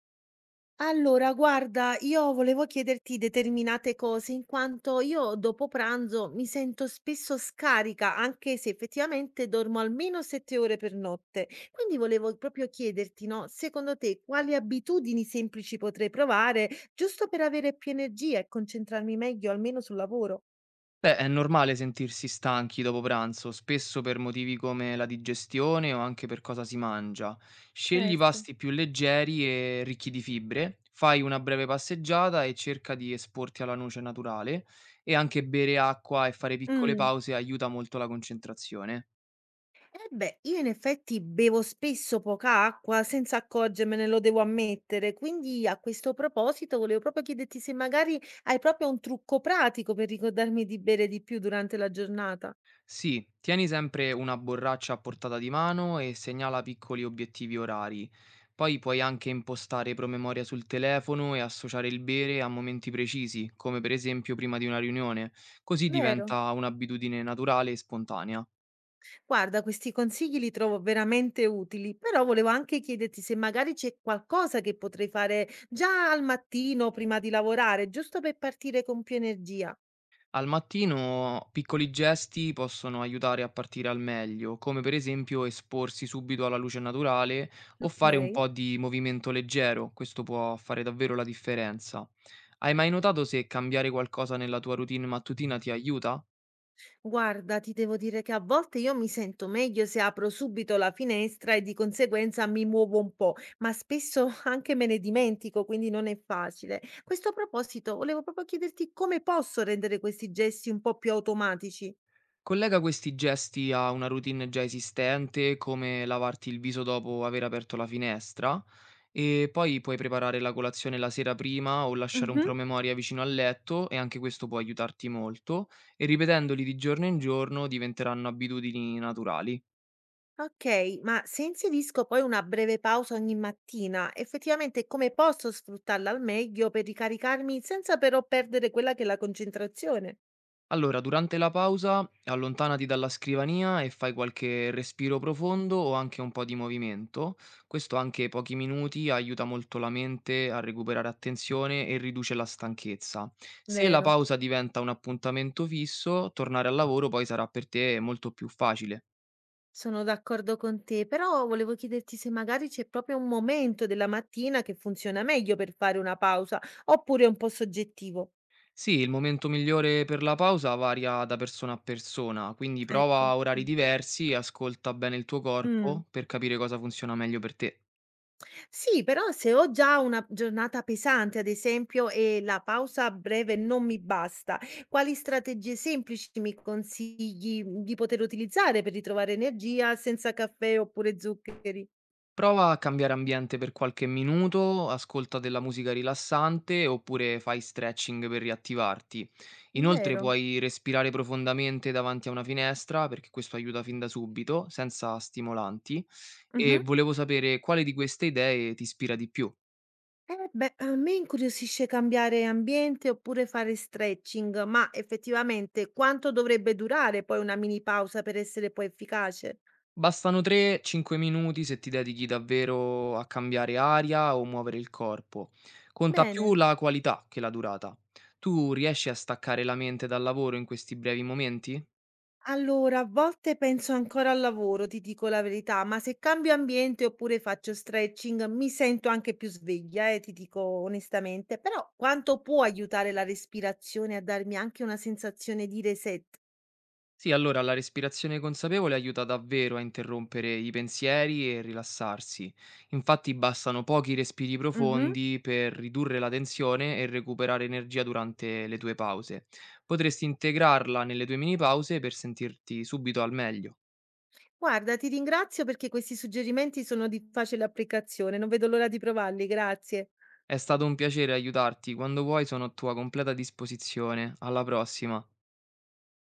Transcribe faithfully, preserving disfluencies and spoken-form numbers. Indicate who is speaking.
Speaker 1: Allora, guarda, io volevo chiederti determinate cose in quanto io dopo pranzo mi sento spesso scarica, anche se effettivamente dormo almeno sette ore per notte. Quindi volevo proprio chiederti, no, secondo te quali abitudini semplici potrei provare giusto per avere più energia e concentrarmi meglio almeno sul lavoro?
Speaker 2: Beh, è normale sentirsi stanchi dopo pranzo, spesso per motivi come la digestione o anche per cosa si mangia. Scegli
Speaker 1: Certo.
Speaker 2: pasti più leggeri e ricchi di fibre, fai una breve passeggiata e cerca di esporti alla luce naturale e anche bere acqua e fare piccole
Speaker 1: Mm.
Speaker 2: pause aiuta molto la concentrazione.
Speaker 1: Eh beh, io in effetti bevo spesso poca acqua senza accorgermene, lo devo ammettere. Quindi a questo proposito volevo proprio chiederti se magari hai proprio un trucco pratico per ricordarmi di bere di più durante la giornata.
Speaker 2: Sì, tieni sempre una borraccia a portata di mano e segnala piccoli obiettivi orari. Poi puoi anche impostare promemoria sul telefono e associare il bere a momenti precisi, come per esempio prima di una riunione, così
Speaker 1: Vero?
Speaker 2: diventa un'abitudine naturale e spontanea.
Speaker 1: Guarda, questi consigli li trovo veramente utili, però volevo anche chiederti se magari c'è qualcosa che potrei fare già al mattino prima di lavorare, giusto per partire con più energia.
Speaker 2: Al mattino piccoli gesti possono aiutare a partire al meglio, come per esempio esporsi subito alla luce naturale o fare un
Speaker 1: Ok.
Speaker 2: po' di movimento leggero; questo può fare davvero la differenza. Hai mai notato se cambiare qualcosa nella tua routine mattutina ti aiuta?
Speaker 1: Guarda, ti devo dire che a volte io mi sento meglio se apro subito la finestra e di conseguenza mi muovo un po', ma spesso anche me ne dimentico, quindi non è facile. Questo a questo proposito, volevo proprio chiederti come posso rendere questi gesti un po' più automatici.
Speaker 2: Collega questi gesti a una routine già esistente, come lavarti il viso dopo aver aperto la finestra, e poi puoi preparare la colazione la sera prima o lasciare un
Speaker 1: Mhm.
Speaker 2: promemoria vicino al letto e anche questo può aiutarti molto, e ripetendoli di giorno in giorno diventeranno abitudini naturali.
Speaker 1: Ok, ma se inserisco poi una breve pausa ogni mattina, effettivamente come posso sfruttarla al meglio per ricaricarmi senza però perdere quella che è la concentrazione?
Speaker 2: Allora, durante la pausa allontanati dalla scrivania e fai qualche respiro profondo o anche un po' di movimento. Questo anche pochi minuti aiuta molto la mente a recuperare attenzione e riduce la stanchezza. Se la
Speaker 1: Vero.
Speaker 2: pausa diventa un appuntamento fisso, tornare al lavoro poi sarà per te molto più facile.
Speaker 1: Sono d'accordo con te, però volevo chiederti se magari c'è proprio un momento della mattina che funziona meglio per fare una pausa, oppure è un po' soggettivo.
Speaker 2: Sì, il momento migliore per la pausa varia da persona a persona, quindi
Speaker 1: Ecco,
Speaker 2: prova orari
Speaker 1: sì.
Speaker 2: diversi e ascolta bene il tuo
Speaker 1: Mm.
Speaker 2: corpo per capire cosa funziona meglio per te.
Speaker 1: Sì, però se ho già una giornata pesante, ad esempio, e la pausa breve non mi basta, quali strategie semplici mi consigli mm, di poter utilizzare per ritrovare energia senza caffè oppure zuccheri?
Speaker 2: Prova a cambiare ambiente per qualche minuto, ascolta della musica rilassante oppure fai stretching per riattivarti. Inoltre
Speaker 1: Vero?
Speaker 2: puoi respirare profondamente davanti a una finestra, perché questo aiuta fin da subito, senza stimolanti. E volevo sapere quale di queste idee ti ispira di più.
Speaker 1: Eh beh, a me incuriosisce cambiare ambiente oppure fare stretching, ma effettivamente quanto dovrebbe durare poi una mini pausa per essere poi efficace?
Speaker 2: Bastano tre a cinque minuti se ti dedichi davvero a cambiare aria o muovere il corpo. Conta più
Speaker 1: Bene.
Speaker 2: la qualità che la durata. Tu riesci a staccare la mente dal lavoro in questi brevi momenti?
Speaker 1: Allora, a volte penso ancora al lavoro, ti dico la verità, ma se cambio ambiente oppure faccio stretching, mi sento anche più sveglia, eh, ti dico onestamente, però quanto può aiutare la respirazione a darmi anche una sensazione di reset?
Speaker 2: Sì, allora la respirazione consapevole aiuta davvero a interrompere i pensieri e rilassarsi. Infatti bastano pochi respiri profondi per ridurre la tensione e recuperare energia durante le tue pause. Potresti integrarla nelle tue mini pause per sentirti subito al meglio.
Speaker 1: Guarda, ti ringrazio perché questi suggerimenti sono di facile applicazione, non vedo l'ora di provarli, grazie.
Speaker 2: È stato un piacere aiutarti, quando vuoi sono a tua completa disposizione. Alla prossima.